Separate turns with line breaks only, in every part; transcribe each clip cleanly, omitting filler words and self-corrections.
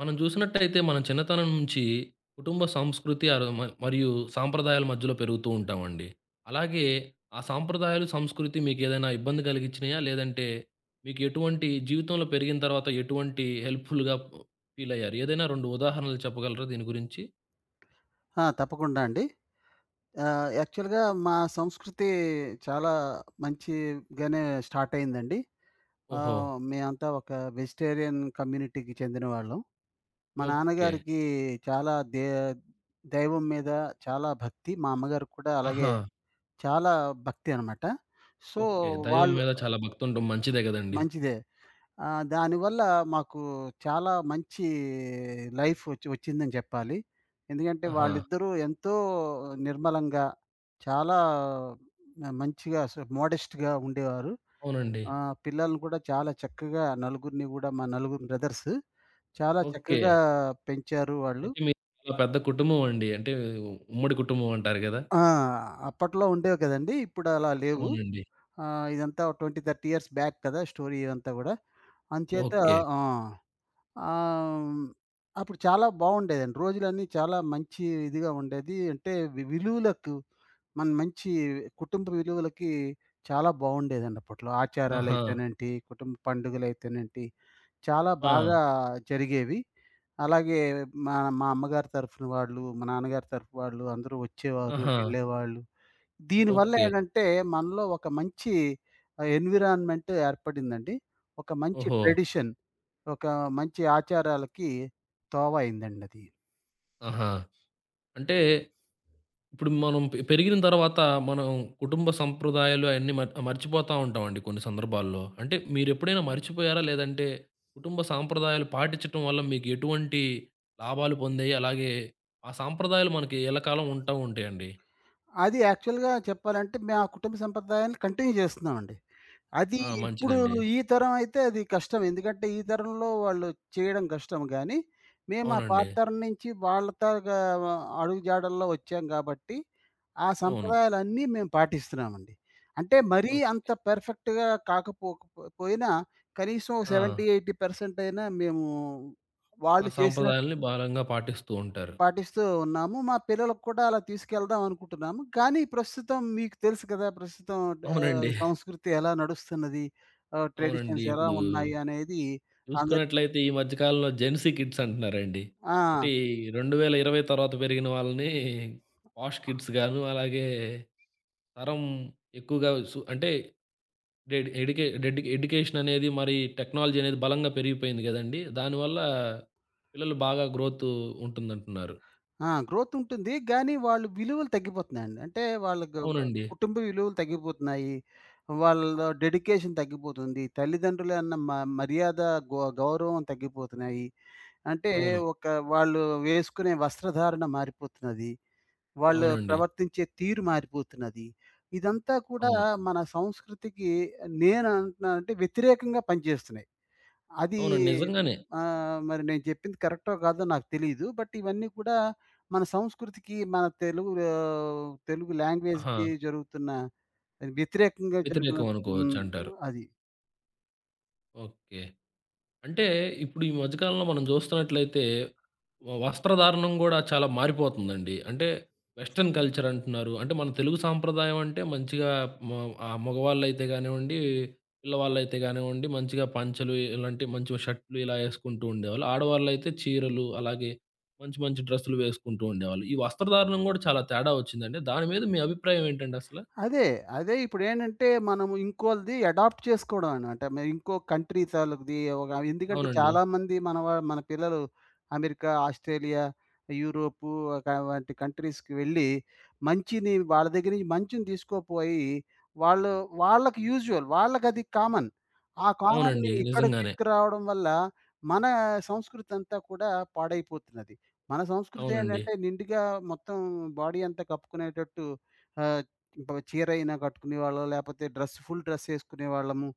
మనం చూసినట్టయితే మన చిన్నతనం నుంచి కుటుంబ సంస్కృతి మరియు సాంప్రదాయాల మధ్యలో పెరుగుతూ ఉంటామండి. అలాగే ఆ సాంప్రదాయాలు, సంస్కృతి మీకు ఏదైనా ఇబ్బంది కలిగించినాయా? లేదంటే మీకు ఎటువంటి జీవితంలో పెరిగిన తర్వాత ఎటువంటి హెల్ప్‌ఫుల్‌గా ఫీల్ అయ్యారు? ఏదైనా 2 ఉదాహరణలు చెప్పగలరా దీని గురించి?
ఆ! తప్పకుండా అండి. యాక్చువల్‌గా మా సంస్కృతి చాలా మంచిగానే స్టార్ట్ అయిందండి.
ఓహో!
మేమంతా ఒక వెజిటేరియన్ కమ్యూనిటీకి చెందినవాళ్ళం. మా
ఓకే.
నాన్నగారికి చాలా దైవం మీద చాలా భక్తి. మా అమ్మగారికి కూడా అలాగే
ఆహా!
చాలా భక్తి అనమాట. So,
okay. దైవం
వాళ్ళు
మీద చాలా భక్తుండడం మంచిదే గదండీ!
మంచిదే. దానివల్ల మాకు చాలా మంచి లైఫ్ ఒచ్చిందని చెప్పాలి. ఎందుకంటే
ఆహా!
వాళ్ళిద్దరూ ఎంతో నిర్మలంగా చాలా మంచిగా అసలు మోడెస్ట్‌గా ఉండేవారు.
అవునండి.
పిల్లల్ని కూడా చాలా చక్కగా నలుగురిని గూడా మా నలుగురు బ్రదర్స్ చాలా
ఓకే.
చక్కగా పెంచారు వాళ్ళు.
అయితే మీది చాలా పెద్ద కుటుంబం అండి. అంటే ఉమ్మడి కుటుంబం అంటారు గదా!
ఆ! అప్పట్లో ఉండేవి కదండీ! ఇప్పుడు అలా లేవు.
అవునండి.
ఇదంతా 20, 30 ఇయర్స్ బ్యాక్ కదా! స్టోరీ ఇదంతా గూడా. అంచేత
ఓకే.
ఆ! ఆహ్, అప్పుడు చాలా బావుండేదండి. రోజులన్నీ చాలా మంచి ఇదిగా ఉండేది. అంటే విలువలకు మన మంచి కుటుంబ విలువలకి చాలా బావుండేదండి అప్పట్లో.
ఆహా!
ఆచారాలైతేనేంటి, కుటుంబ పండుగలైతేనేంటి చాలా
ఆ!
బాగా జరిగేవి. అలాగే మా మా అమ్మగారి తరఫున వాళ్ళు, మా నాన్నగారి తరఫు వాళ్ళు అందరూ వచ్చేవారు,
ఆహా!
వెళ్ళేవాళ్ళు. దీనివల్ల
ఓకే.
ఏంటంటే మనలో ఒక మంచి ఎన్విరాన్మెంట్ ఏర్పడిందండి. ఒక మంచి
ఓహో!
ట్రెడిషన్. ఒక మంచి ఆచారాలకి తోవ అయిందండది.
ఆహా! అంటే ఇప్పుడు మనం పెరిగిన తర్వాత మనం కుటుంబ సంప్రదాయాలు అయన్నీ మర్చిపోతా ఉంటామండి కొన్ని సందర్భాల్లో. అంటే మీరెప్పుడైనా మర్చిపోయారా? లేదంటే కుటుంబ సాంప్రదాయాలు పాటించటం వల్ల మీకు ఎటువంటి లాభాలు పొందాయి? అలాగే ఆ సాంప్రదాయాలు మనకి ఎల్లకాలం ఉంటాయండి.
అది యాక్చువల్‌గా చెప్పాలంటే మేము ఆ కుటుంబ సంప్రదాయాన్ని కంటిన్యూ చేస్తున్నామండి. అది
ఆ!
ఇప్పుడు
మంచిదండి.
ఈ తరం అయితే అది కష్టం. ఎందుకంటే ఈ తరంలో వాళ్ళు చేయడం కష్టం గానీ, మేము ఆ పాత
అవునండి.
తరం నుంచి వాళ్ళ తాగా అడుగు జాడల్లో వచ్చాం కాబట్టి, ఆ
అవును.
సంప్రదాయాలన్నీ మేము పాటిస్తున్నామండి. అంటే మరీ
ఓహ్!
అంత పెర్ఫెక్ట్‌గా కాకపోక పోయినా కనీసం
ఆ!
70, 80% అయినా మేము వాళ్ళు
ఆ
చేసినట్టు
సాంప్రదాయాల్ని బలంగా పాటిస్తూ ఉంటారు.
పాటిస్తూ ఉన్నాము. మా పిల్లలకు కూడా అలా తీసుకెళ్దాం అనుకుంటున్నాము. కానీ ప్రస్తుతం మీకు తెలుసు కదా! ప్రస్తుతం
అవునండి.
సంస్కృతి ఎలా నడుస్తున్నది?
అవునండి.
ట్రెడిషన్స్ ఎలా
ఇప్పుడు
ఉన్నాయి? అనేది అందరి.
చూసుకున్నట్లయితే ఈ మధ్య కాలంలో జెన్‌సీ కిడ్స్ అంటున్నారండి.
ఆ!
అంటే ఈ 2020 తర్వాత పెరిగిన వాళ్ళని పాష్ కిడ్స్ గాను, అలాగే తరం ఎక్కువగా అంటే డెడ్ ఎడ్యుకేషన్ అనేది మరి టెక్నాలజీ అనేది బలంగా పెరిగిపోయింది గదండీ! దానివల్ల పిల్లలు బాగా గ్రోత్ ఉంటుందంటున్నారు.
ఆ! గ్రోత్ ఉంటుంది. కానీ వాళ్ళు విలువలు తగ్గిపోతున్నాయండి. అంటే వాళ్ళకి
అవునండి.
కుటుంబ విలువలు తగ్గిపోతున్నాయి. వాళ్ళలో డెడికేషన్ తగ్గిపోతుంది. తల్లిదండ్రులు అన్న మర్యాద, గౌరవం తగ్గిపోతున్నాయి. అంటే
అవును.
ఒక వాళ్ళు వేసుకునే వస్త్రధారణ మారిపోతున్నది. వాళ్ళు
అవునండి.
ప్రవర్తించే తీరు మారిపోతున్నది. ఇదంతా కూడా
అవును.
మన సంస్కృతికి నేను అంటున్నానంటే వ్యతిరేకంగా పనిచేస్తున్నాయి. అది
అవునండి. నిజంగానే.
మరి నేను చెప్పింది కరెక్టో కాదో నాకు తెలీదు. బట్ ఇవన్నీ కూడా మన సంస్కృతికి, మన తెలుగు తెలుగు
ఆహా!
లాంగ్వేజ్‌కి జరుగుతున్న వ్యతిరేకంగా జరుగుతున్న.
వ్యతిరేకం అనుకోవచ్చు
హ్మ్.
అంటారు.
అది.
ఓకే. అంటే ఇప్పుడు ఈ మధ్య కాలంలో మనం చూస్తున్నట్లయితే వస్త్రధారణం గూడా చాలా మారిపోతుందండి. అంటే వెస్టర్న్ కల్చర్ అంటున్నారు. అంటే మన తెలుగు సాంప్రదాయం అంటే మంచిగా మ మగవాళ్ళైతే గానివ్వండి, పిల్లవాళ్ళైతే గానివ్వండి మంచిగా పంచెలు ఇలాంటి మంచి షర్టులు ఇలా యేసుకుంటూ ఉండేవాళ్ళు. ఆడవాళ్ళైతే చీరలు అలాగే మంచి మంచి డ్రెస్సులు వేసుకుంటూ ఉండేవాళ్ళు. ఈ వస్త్రధారణం గూడా చాలా తేడా వచ్చిందండి. దాని మీద మీ అభిప్రాయం ఏంటండి అసల?
అదే. అదే ఇప్పుడేంటంటే, మనం ఇంకోళ్ళది అడాప్ట్ చేసుకోవడమేన. అంటే ఇంకో కంట్రీ తాలూకుది ఒక ఎందుకంటే
అవునండి.
చాలామంది మన పిల్లలు అమెరికా, ఆస్ట్రేలియా, యూరోపు వంటి కంట్రీస్‌కి వెళ్ళి మంచిని వాళ్ళ దగ్గర నుంచి మంచిని తీసుకోపోయి, వాళ్ళు వాళ్ళకి యూజువల్. వాళ్ళకది కామన్. ఆ కామన్‌ని
అవునండి.
ఇక్కడికి
నిజంగానే.
తీసుకురావడం వల్ల మన సంస్కృతి అంతా కూడా పాడైపోతున్నది. మన సంస్కృతి
అవునండి.
ఏంటంటే నిండుగా మొత్తం బాడీ అంతా కప్పుకునేటట్టు ఆహ్, చీర అయినా కట్టుకునేవాళ్ళం. లేపోతే ఫుల్ డ్రెస్ ఏసుకునేవాళ్ళము.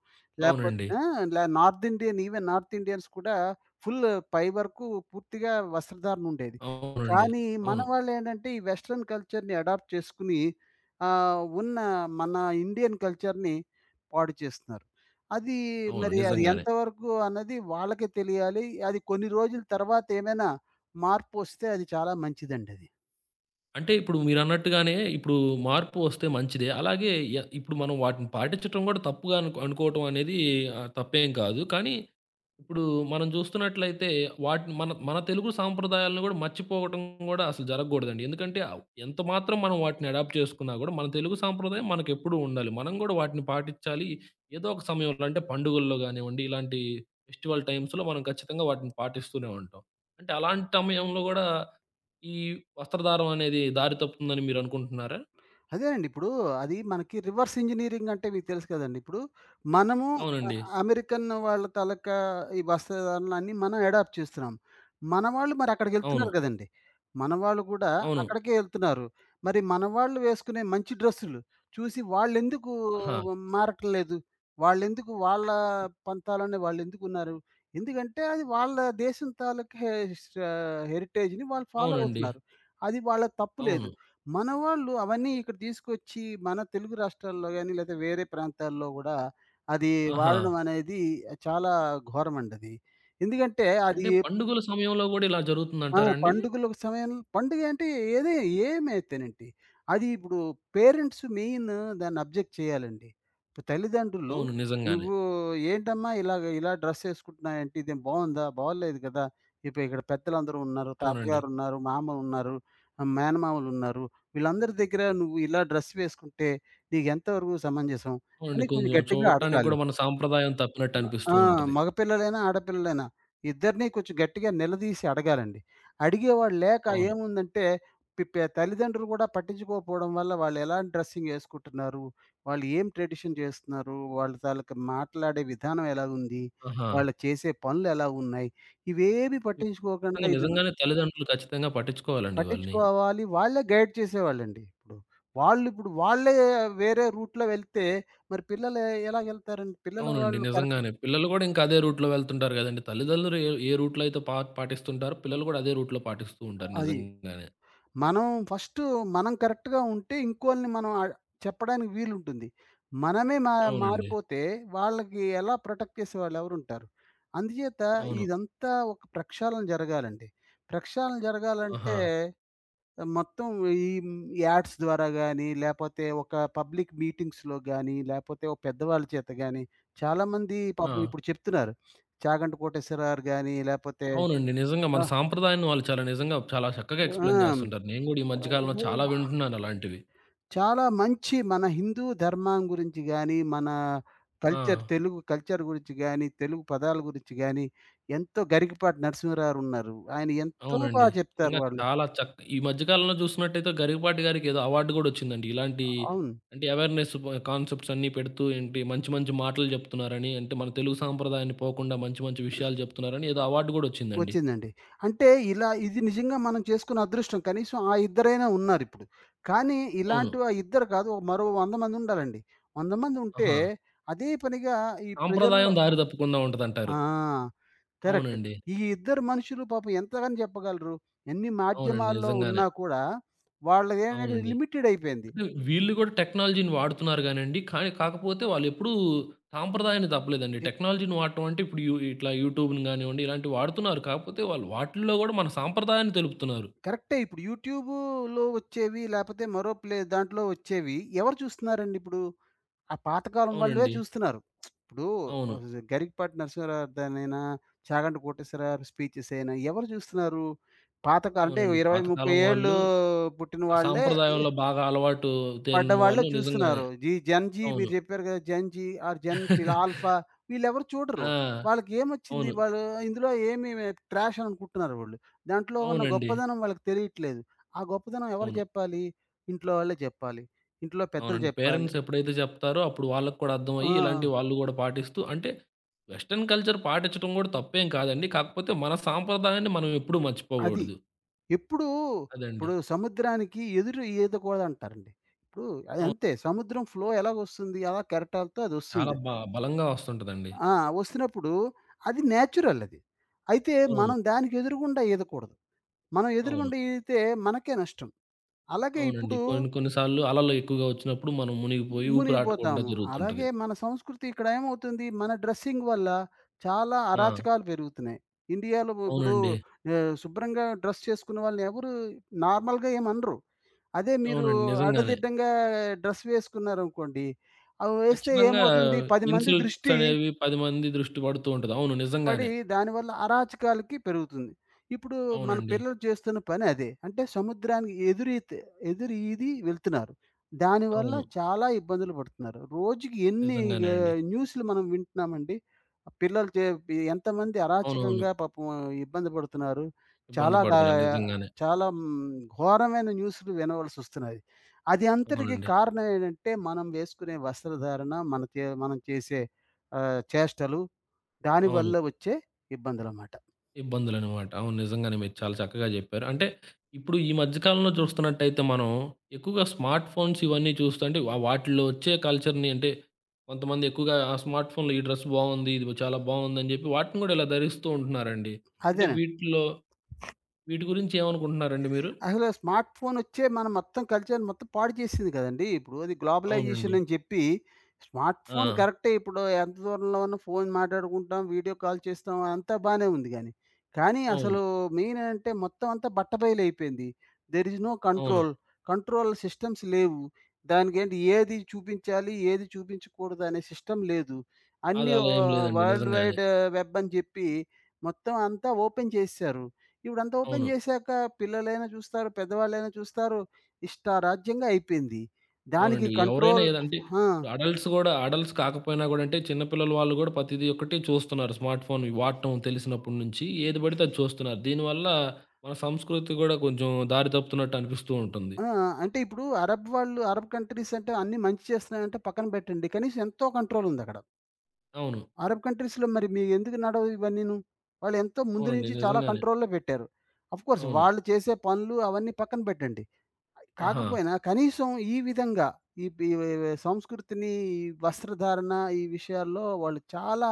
అవునండి.
లేపోతే ఆ! ఇలా north Indian even north Indians కూడా ఫుల్ పై వరకు పూర్తిగా వస్త్రధారణ ఉండేది.
అవునండి.
కానీ మన
అవును.
వాళ్ళేంటంటే ఈ వెస్టర్న్ కల్చర్‌ని అడాప్ట్ చేసుకొని ఉన్న మన ఇండియన్ కల్చర్‌ని పాడు చేస్తున్నారు. అది
అవును.
మరి అది
నిజంగానే.
ఎంతవరకు అన్నది వాళ్ళకే తెలియాలి. అది కొన్ని రోజుల తర్వాత ఏమైనా మార్పొస్తే అది చాలా మంచిదండది.
అంటే ఇప్పుడు మీరన్నట్టుగానే ఇప్పుడు మార్పు వస్తే మంచిదే. అలాగే ఇప్పుడు మనం వాటిని పాటించటం గూడా తప్పుగా అనుకోవటం అనేది తప్పేం కాదు. కానీ ఇప్పుడు మనం చూస్తున్నట్లయితే వాటిని మన మన తెలుగు సాంప్రదాయాలను కూడా మర్చిపోవటం కూడా అసలు జరగకూడదండి. ఎందుకంటే ఎంత మాత్రం మనం వాటిని అడాప్ట్ చేసుకున్నా కూడా మన తెలుగు సాంప్రదాయం మనకెప్పుడూ ఉండాలి. మనం కూడా వాటిని పాటించాలి. ఏదో ఒక సమయంలో అంటే పండుగల్లో గానివ్వండి, ఇలాంటి ఫెస్టివల్ టైమ్స్‌లో మనం ఖచ్చితంగా వాటిని పాటిస్తూనే ఉంటాం. అంటే అలాంటి సమయంలో కూడా ఈ వస్త్రధారణ అనేది దారి తప్పుతుందని మీరనుకుంటున్నారా?
అదేనండి. ఇప్పుడు అది మనకి రివర్స్ ఇంజినీరింగ్ అంటే మీకు తెలుసు కదండీ! ఇప్పుడు మనము అ
అవునండి.
అమెరికన్ వాళ్ళ తాలూకా ఈ వస్త్రధారణలన్నీ మనం అడాప్ట్ చేస్తున్నాం. మన వాళ్ళు మరి
అవును.
అక్కడికెళ్తున్నారు కదండీ! మన వాళ్ళు కూడా
అవును.
అక్కడికే ఎళ్తున్నారు. మరి మన వాళ్ళు వేసుకునే మంచి డ్రెస్సులు చూసి వాళ్ళెందుకు
ఆహా!
మారట్లేదు? వాళ్ళెందుకు వాళ్ళ పంతాలోనే వాళ్ళెందుకున్నారు? ఎందుకంటే అది వాళ్ళ దేశం తాలూకా హెరిటేజ్‌ని వాళ్ళు ఫాలో
అవునండి.
అవుతున్నారు. అది వాళ్ళ తప్పు లేదు.
అవును.
మన వాళ్ళు అవన్నీ ఇక్కడ తీసుకొచ్చి మన తెలుగు రాష్ట్రాల్లో గాని, లేదా వేరే ప్రాంతాల్లో గూడా అది
ఆహా!
వాడడం అనేది చాలా ఘోరమండది. ఎందుకంటే అది.
అంటే పండుగల సమయంలో గూడా ఇలా
ఆ!
జరుగుతుందంటారాండి?
పండుగల సమయం పండుగ అంటే ఏది ఏమైతేనేంటి, అది ఇప్పుడు పేరెంట్స్ మెయిన్ దాన్ని అబ్జెక్ట్ చేయాలండి. ఇప్పుడు తల్లిదండ్రులు,
అవును. నిజంగానే.
"నువ్వు ఏంటమ్మా ఇలాగ ఇలా డ్రెస్ ఏసుకుంటున్నావేంటి? ఇదేం బావుందా? బాలేదు కదా! ఇప్పుడు ఇక్కడ పెద్దలందరూ ఉన్నారు.
అవునండి.
తాతగారున్నారు, మామ ఉన్నారు, మేనమామలున్నారు. వీళ్ళందరి దగ్గర నువ్వు ఇలా డ్రెస్ వేసుకుంటే నీకెంతవరకు సమంజసం?"
అవునండి.
అని కొంచెం
కొంచెం
గట్టిగా
చూడటానికి
అడగాలి.
గూడా మన సాంప్రదాయం తప్పినట్టు
ఆ!
అనిపిస్తూ ఉంటది.
మగపిల్లలైనా, ఆడపిల్లలైనా ఇద్దరిని కొంచెం గట్టిగా నిలదీసి అడగాలండి. అడిగేవాడు లేక
అవును.
ఏముందంటే తల్లిదండ్రులు కూడా పట్టించుకోకపోవడం వల్ల వాళ్ళు ఎలాంటి డ్రెస్సింగ్ యేసుకుంటున్నారు? వాళ్ళు ఏం ట్రెడిషన్ చేస్తున్నారు? వాళ్ళ తాలూకా మాట్లాడే విధానం ఎలాగుంది?
ఆహా!
వాళ్ళు చేసే పనులు ఎలా ఉన్నాయి? ఇవేవి పట్టించుకోకుండా
ఖచ్చితంగా
ఇది
నిజంగానే తల్లిదండ్రులు ఖచ్చితంగా పట్టించుకోవాలండి ఇవన్నీ.
పట్టించుకోవాలి. వాళ్ళే గైడ్ చేసేవాళ్ళండి ఇప్పుడు. వాళ్ళిప్పుడు వాళ్ళే వేరే రూట్‌లో వెళ్తే మరి పిల్లలు ఎలా వెళ్తారండి? పిల్లలు
అవునండి.
వాళ్ళు కరెక్ట్.
నిజంగానే. పిల్లలు గూడా ఇంకా అదే రూట్‌లో వెళ్తుంటారు గదండీ! తల్లిదండ్రులు ఏ ఏ రూట్‌లో అయితే పాటిస్తుంటారో పిల్లలు గూడా అదే రూట్‌లో పాటిస్తూ ఉంటారు
అది.
నిజంగానే.
మనం ఫస్ట్ మనం కరెక్ట్‌గా ఉంటే ఇంకోళ్ళని మనం చెప్పడానికి వీలుంటుంది. మనమే అవును.
అవునండి.
మారిపోతే వాళ్ళకి ఎలా ప్రొటెక్ట్ చేసేవాళ్ళు ఎవరుంటారు? అందుచేత
అవును.
ఇదంతా ఒక ప్రక్షాళన జరగాలండి. ప్రక్షాళన
ఆహా!
జరగాలంటే మొత్తం ఈ యాడ్స్ ద్వారా గాని, లేపోతే ఒక పబ్లిక్ మీటింగ్స్‌లో గాని, లేపోతే ఒక పెద్దవాళ్ళ చేత గాని, చాలామంది
ఆ!
పాపం ఇప్పుడు చెప్తున్నారు. చాగంటి కోటేశ్వరరావు గారు గాని, లేపోతే
అవునండి. నిజంగా
ఆ!
మన సాంప్రదాయాన్ని వాళ్ళు చాలా నిజంగా చాలా చక్కగా ఎక్స్‌ప్లెయిన్ చేస్తుంటారు. నేను గూడా ఈ మధ్య కాలంలో చాలా
ఆ!
వింటున్నాను అలాంటివి.
చాలా మంచి మన హిందూ ధర్మం గురించి గాని, మన
ఆ!
తెలుగు కల్చర్ గురించి గాని, తెలుగు పదాల గురించి గాని, ఎంతో గరికపాటి నరసింహారావుగారున్నారు. ఆయన ఎంతో బా
అవునండి.
చెప్తారు
నిజంగా
వాళ్ళు.
చాలా చక్ ఈ మధ్య కాలంలో చూస్తున్నట్టయితే 'గరికపాటి' గారికి ఏదో అవార్డ్ గూడా వచ్చిందండి. ఇలాంటి
అవును.
అంటే అవేర్‌నెస్ కాన్సెప్ట్స్ అన్నీ పెడుతూ ఏంటి మంచి మంచి మాటలు జెప్తున్నారని, అంటే మన తెలుగు సాంప్రదాయాన్ని పోకుండా మంచి మంచి విషయాలు జెప్తున్నారని ఏదో అవార్డ్ గూడా వచ్చిందండి.
వచ్చిందండి. అంటే ఇలా ఇది నిజంగా మనం చేసుకున్న అదృష్టం. కనీసం ఆ ఇద్దరైనా ఉన్నారిప్పుడు. కానీ
అవును.
ఇలాంటివి ఆ ఇద్దరు కాదు, ఒక మరో 100 మందుండాలండి. 100 మందుంటే
ఆహా!
అదే పనిగా ఈ ప్రజల్లో.
సాంప్రదాయం దారి తప్పకుండా ఉంటదంటారు.
ఆ! కరెక్ట్.
అవునండి.
ఈ ఇద్దరు మనుషులు పాపం ఎంతకని చెప్పగలరు? ఎన్ని
అవునండి.
మాధ్యమాల్లో
నిజంగానే.
ఉన్నా కూడా వాళ్ళదేంటంటే
అవునండి.
లిమిటెడ్ అయిపోయింది.
అంటే వీళ్ళు గూడా టెక్నాలజీని వాడుతున్నారు గానండి. కానీ కాకపోతే వాళ్ళెప్పుడూ సాంప్రదాయాన్ని తప్పలేదండి.
ఎప్
టెక్నాలజీని వాడటం అంటే ఇప్పుడు యూ ఇట్లా యూట్యూబ్‌ని గానివ్వండి, ఇలాంటివి వాడుతున్నారు. కాకపోతే వాళ్ళు వాటిల్లో గూడా మన సాంప్రదాయాన్ని తెలుపుతున్నారు.
కరెక్టే ఇప్పుడు యూట్యూబులో వచ్చేవి లేపోతే మరో ప్లే దాంట్లో వచ్చేవి ఎవరు చూస్తున్నారండి ఇప్పుడు? ఆ పాతకాలం వాళ్ళే
అవునండి.
చూస్తున్నారు. ఇప్పుడు
అవును.
గరికపాటి నరసింహారావుదయినా, చాగంటి కోటేశ్వరరావు స్పీచెస్ అయినా ఎవరు చూస్తున్నారు? అంటే
అవునండి.
20, 30
పాతకాలం
ఏళ్ళు
వాళ్ళు
పుట్టిన
ఆ
వాళ్ళే
సాంప్రదాయంలో బాగా అలవాటు
పడ్డ
తేలున్న
వాళ్ళే
వాళ్ళు నిజంగానే.
చూస్తున్నారు. జెన్ జీ
అవును.
మీరు చెప్పారు కదా! జెన్ జీ ఆర్ జెన్ వీళ్ళ ఆల్ఫా వీళ్ళెవరు చూడరు.
ఆ!
వాళ్ళకేమొచ్చింది?
అవును.
వాళ్ళు ఇందులో ఏమి ట్రాష్ అనుకుంటున్నారు వాళ్ళు. దాంట్లో ఉన్న
అవునండి.
గొప్పదనం వాళ్ళకి తెలియట్లేదు. ఆ గొప్పదనం ఎవరు
అవును.
చెప్పాలి? ఇంట్లో వాళ్ళే చెప్పాలి. ఇంట్లో పెద్దలు
అవునండి.
చెప్పాలి.
పేరెంట్స్ ఎప్పుడైతే జెప్తారో అప్పుడు వాళ్ళకి కూడా
ఆ!
అర్థమయ్యి, ఇలాంటివి వాళ్ళు గూడా పాటిస్తూ అంటే వెస్టర్న్ కల్చర్ పాటించడం గూడా తప్పేం కాదండి. కాకపోతే మన సాంప్రదాయాన్ని మనం ఎప్పుడూ
అది.
మర్చిపోగూడదు.
ఎప్పుడూ
అదండి.
ఇప్పుడు సముద్రానికి ఎదురు ఈదకూడదంటారండి. ఇప్పుడు
అవును.
అదంతే. సముద్రం ఫ్లో ఎలాగొస్తుంది? అలా కెరటాలతో
చాలా
అదొస్తుంది.
బ బలంగా వస్తుంటదండి.
ఆ! వస్తున్నప్పుడు అది నేచురల్ అది. అయితే
అవును.
మనం దానికి ఎదురుగుండా ఈదకూడదు. మనం
అవును.
ఎదురుగుండా ఈదితే మనకే నష్టం. అలాగే
అవునండి.
ఇప్పుడు
కొన్ని కొన్ని సార్లు అలలు ఎక్కువగా ఒచ్చినప్పుడు మనం మునిగిపోయి ఊపిరాటకుండా
మునిగిపోతాము. అలాగే
జరుగుతుంటది.
మన సంస్కృతి ఇక్కడ ఏమవుతుంది, మన డ్రెస్సింగ్ వల్ల చాలా
ఆ!
అరాచకాలు పెరుగుతున్నాయి. ఇండియాలో ఇప్పుడు
అవునండి.
శుభ్రంగా డ్రెస్ చేసుకున్న వాళ్ళని ఎవరు నార్మల్‌గా ఏమనరు. అదే మీరు
అవునండి. నిజంగానే.
అడ్డదిడ్డంగా డ్రెస్ వేసుకున్నారనుకోండి, అవి వేస్తే
ఖచ్చితంగా
ఏమవుతుంది, 10 మంది
ఇన్సల్ట్స్
దృష్టి
అనేవి 10 మంది దృష్టి పడుతూ ఉంటది. అవును.
పడి
నిజంగానే.
దానివల్ల అరాచకాలకి పెరుగుతుంది. ఇప్పుడు మన
అవునండి.
పిల్లలు చేస్తున్న పని అదే. అంటే సముద్రానికి ఎదురు ఈది వెళ్తున్నారు. దానివల్ల
అవును.
చాలా ఇబ్బందులు పడుతున్నారు. రోజుకి ఎన్ని
నిజంగానే అండి.
న్యూస్‌లు మనం వింటున్నామండి. ఆ పిల్లలు ఎంతమంది
అవునవును.
అరాచకంగా పాపం ఇబ్బంది పడుతున్నారు.
ఇబ్బంది
చాలా
పడుతున్నారు. నిజంగానే.
చాలా ఘోరమైన న్యూస్‌లు వినవలసొస్తున్నాయి. అది అంతటికి
అవునండి.
కారణం ఏంటంటే మనం వేసుకునే వస్త్రధారణ, మన మనం చేసే చేష్టలు
అవును.
దానివల్ల వచ్చే ఇబ్బందులమాట.
ఇబ్బందులనమాట. అవును. నిజంగానే మీరు చాలా చక్కగా జెప్పారు. అంటే ఇప్పుడు ఈ మధ్య కాలంలో చూస్తున్నట్టయితే మనం ఎక్కువగా స్మార్ట్ ఫోన్స్ ఇవన్నీ చూస్తుంటే వాటిల్లో వచ్చే కల్చర్‌ని అంటే కొంతమంది ఎక్కువగా ఆ స్మార్ట్ ఫోన్‌లో ఈ డ్రెస్ బావుంది. ఇది చాలా బావుందని జెప్పి వాటిని గూడా ఇలా ధరిస్తూ ఉంటున్నారండి. అంటే
అదేనండి.
వీటిలో వీటి గురించి ఏమనుకుంటున్నారండి మీరు?
అసలు స్మార్ట్ ఫోన్ వచ్చే మన మొత్తం కల్చర్ మొత్తం పాడు చేసింది కదండీ! ఇప్పుడు అది
అవునండి.
గ్లోబలైజేషన్ అని చెప్పి స్మార్ట్
ఆ!
ఫోన్ కరెక్టే, ఇప్పుడు ఎంత దూరంలో ఉన్న ఫోన్ మాట్లాడుకుంటాం, వీడియో కాల్ చేస్తాం అంతా బానే ఉంది గానీ. కానీ
అవును.
అసలు మెయిన్ ఏంటంటే మొత్తం అంతా బట్టబయలైపోయింది. దేర్ ఇస్ నో
అవును.
కంట్రోల్. కంట్రోల్ సిస్టమ్స్ లేవు. దానికేంటి, ఏది చూపించాలి, ఏది చూపించకూడదు అనే సిస్టమ్ లేదు.
అది
అన్నీ
అలా ఏం లేదండి.
వరల్డ్
నిజంగానే.
వైడ్ వెబ్ అని చెప్పి మొత్తం అంతా ఓపెన్ చేసేశారు. ఇప్పుడంతా ఓపెన్
అవును.
చేశాక పిల్లలైనా చూస్తారు, పెద్దవాళ్ళైనా చూస్తారు. ఇష్టారాజ్యంగా అయిపోయింది. దానికి
అవునండి. ఎవరైనా
కంట్రోల్.
ఏదంటే
ఆ!
ఇప్పుడు అడల్ట్స్ గూడా అడల్ట్స్ కాకపోయినా గూడా అంటే చిన్న పిల్లల వాళ్ళు గూడా ప్రతిది ఒక్కటి చూస్తున్నారు. స్మార్ట్ ఫోన్ వాడటం తెలిసినప్పటి నుంచి ఏది పడితే అది చూస్తున్నారు. దీనివల్ల మన సంస్కృతి గూడా కొంచెం దారి తప్పుతున్నట్టు అనిపిస్తూ ఉంటుంది.
ఆ! అంటే ఇప్పుడు అరబ్ కంట్రీస్ అంటే అన్నీ మంచి చేస్తున్నాయంటే పక్కన పెట్టండి. కనీసం ఎంతో కంట్రోల్ ఉందక్కడ.
అవును.
అరబ్ కంట్రీస్‌లో మరి మీ ఎందుకు నడవు ఇవన్నీను? వాళ్ళు ఎంతో ముందు
అవునండి.
నుంచి చాలా
నిజంగానే.
కంట్రోల్‌లో పెట్టారు. ఆఫ్‌కోర్స్
అవును.
వాళ్ళు చేసే పనులు అవన్నీ పక్కన పెట్టండి.
ఆహా!
కాకపోయినా కనీసం ఈ విధంగా ఈ పి వే వే సంస్కృతిని, ఈ వస్త్రధారణ ఈ విషయాల్లో వాళ్ళు చాలా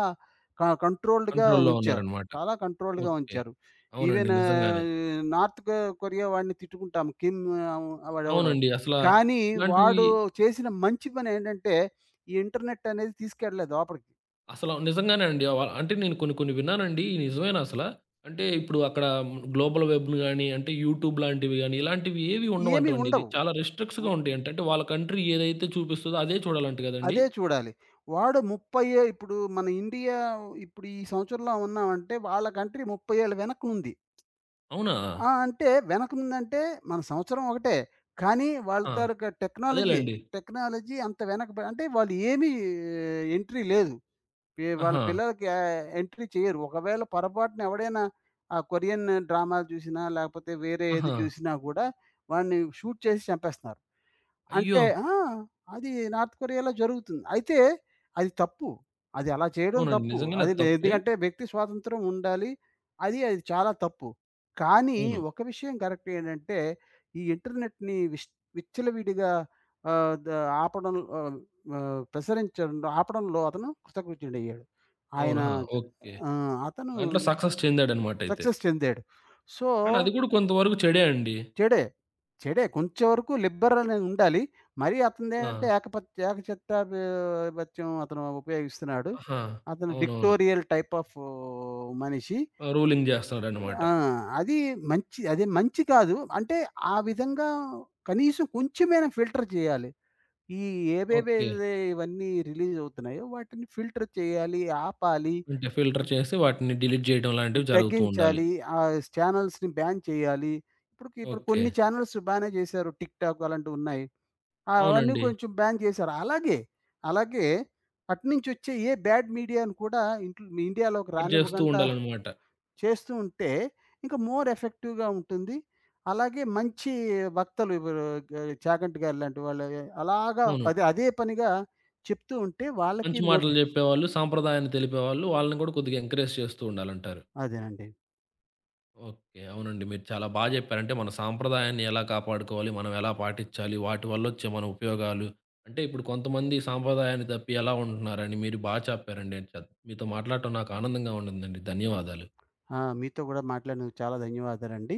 కంట్రోల్డ్‌గా
కంట్రోల్‌లో
ఉంచారు.
ఉన్నారనమాట.
చాలా కంట్రోల్డ్‌గా
ఓకే.
ఉంచారు.
అవునండి.
ఈవెన్
నిజంగానే.
నార్త్ కొరియా వాడిని తిట్టుకుంటాం. కిమ్ ఆహ్, వాడెవడో.
అవునండి. అసల
కానీ
ఇలాంటివి
వాడు చేసిన మంచి పనేంటంటే, ఈ ఇంటర్నెట్ అనేది తీసుకెళ్ళలేదు లోపలికి.
అసలు నిజంగానే అండి. అంటే నేను కొన్ని కొన్ని విన్నానండి. నిజమేనా అసల? అంటే ఇప్పుడు అక్కడ గ్లోబల్ వెబ్‌ని గాని, అంటే యూట్యూబ్ లాంటివి గాని, ఇలాంటివి ఏవి
ఏమి
ఉండవంటండి. ఇది
ఉండవు.
చాలా
ఉ
రిస్ట్రిక్ట్స్‌గా ఉంటాయంట. అంటే అంటే వాళ్ళ కంట్రీ ఏదైతే చూపిస్తదో అదే చూడాలంట గదండీ!
అదే చూడాలి. వాడు 30 ఇప్పుడు మన ఇండియా ఇప్పుడు ఈ సంవత్సరంలో ఉన్నామంటే వాళ్ళ కంట్రీ 30 ఏళ్ళు వెనక్కుంది.
అవునా?
ఆ! అంటే వెనకముందంటే మన సంవత్సరం ఒకటే. కానీ వాళ్ళ
ఆహా!
తాలూకా టెక్నాలజీ,
అదేలెండి.
అంత వెనకబ అంటే వాళ్ళు ఏమీ ఎంట్రీ లేదు. వాళ్ళ
ఆహా!
పిల్లలకి ఎంట్రీ చేయరు. ఒకవేళ పొరపాటున ఎవడైనా ఆ కొరియన్ డ్రామాలు చూసినా, లేకపోతే వేరే ఏది
ఆహా!
చూసినా గూడా వాడిని షూట్ చేసి చంపేస్తున్నారు. అంటే
అయ్యో!
ఆ! అది నార్త్ కొరియాలో జరుగుతుంది. అయితే అది తప్పు. అది అలా చేయడం
అవునండి.
తప్పు.
నిజంగానే
అది
అది
వే-
తప్పే.
ఎందుకంటే వ్యక్తి స్వాతంత్రం ఉండాలి. అది అది చాలా తప్పు. కానీ
అవును.
ఒక విషయం కరెక్ట్ ఏంటంటే, ఈ ఇంటర్నెట్‌ని విచ్చలవిడిగా ఆహ్, ద ఆపడం, ఆహ్, ఆహ్, ప్రసరించడంలో ఆపడంలో అతను కృతకృత్యుడయ్యాడు. ఆయన.
అవును. ఆహా! ఓకే.
ఆ! అతను
దాంట్లో సక్సెస్ చెందాడన్నమాట అయితే.
సక్సెస్ చెందాడు. సో,
కానీ అది గూడా కొంతవరకు చెడే అండి.
చెడే. చెడే. కొంచెం వరకు లిబ్బర్ అనేది ఉండాలి. మరీ అతనిదేంటంటే
ఆ!
ఏకచిత్తాధిపత్యం అతను ఉపయోగిస్తున్నాడు.
ఆహా!
అతను
అవునవును.
డిక్టోరియల్ టైప్ ఆఫ్ మనిషి.
ఆ! రూలింగ్ జేస్తున్నాడన్నమాట.
ఆ! అది మంచి, అది మంచి కాదు. అంటే ఆ విధంగా కనీసం కొంచెమైనా ఫిల్టర్ చేయాలి. ఈ
ఓకే.
ఏవేవైతే ఇవన్నీ రిలీజ్ అవుతున్నాయో వాటిని ఫిల్టర్ చేయాలి, ఆపాలి.
అంటే ఫిల్టర్ చేసి వాటిని డిలీట్ జేయడం లాంటివి జరుగుతూ ఉండాలి.
తగ్గించాలి. ఆ ఛానెల్స్‌ని బ్యాన్ చేయాలి. ఇప్పుడుకి ఇప్పుడు
ఓకే.
కొన్ని ఛానెల్స్ బానే చేశారు. టిక్‌టాక్ అలాంటివున్నాయి. అవన్నీ
అవునండి.
కొంచెం బ్యాన్ చేశారు. అలాగే, అటునుంచొచ్చే ఏ బ్యాడ్ మీడియాను కూడా ఇంట్లో ఇండియాలోకి
కట్ జేస్తూ
రానివ్వకుండా
ఉండాలనమాట.
చేస్తూ ఉంటే ఇంకా మోర్ ఎఫెక్టివ్‌గా ఉంటుంది. అలాగే మంచి వక్తలు ఇప్పుడు గ చాగంటి గారు లాంటి వాళ్ళు అలాగా
అవును.
పదే అదే పనిగా చెప్తూ ఉంటే వాళ్ళకి
మంచి మాటలు
మోటి
జెప్పేవాళ్ళు, సాంప్రదాయాన్ని తెలిపేవాళ్ళు వాళ్ళని గూడా కొద్దిగా ఎంకరేజ్ చేస్తూ ఉండాలంటారు.
అదేనండి.
ఓకే. అవునండి. మీరు చాలా బా జెప్పారు. అంటే మన సాంప్రదాయాన్ని ఎలా కాపాడుకోవాలి, మనం ఎలా పాటించాలి, వాటి వల్లొచ్చే మన ఉపయోగాలు, అంటే ఇప్పుడు కొంతమంది సాంప్రదాయాన్ని తప్పి ఎలా ఉంటున్నారని మీరు బా చెప్పారండి. మీతో మాట్లాడటం నాకు ఆనందంగా ఉండిందండి. ధన్యవాదాలు.
ఆ! మీతో కూడా మాట్లాడినందుకు చాలా ధన్యవాదాలండి.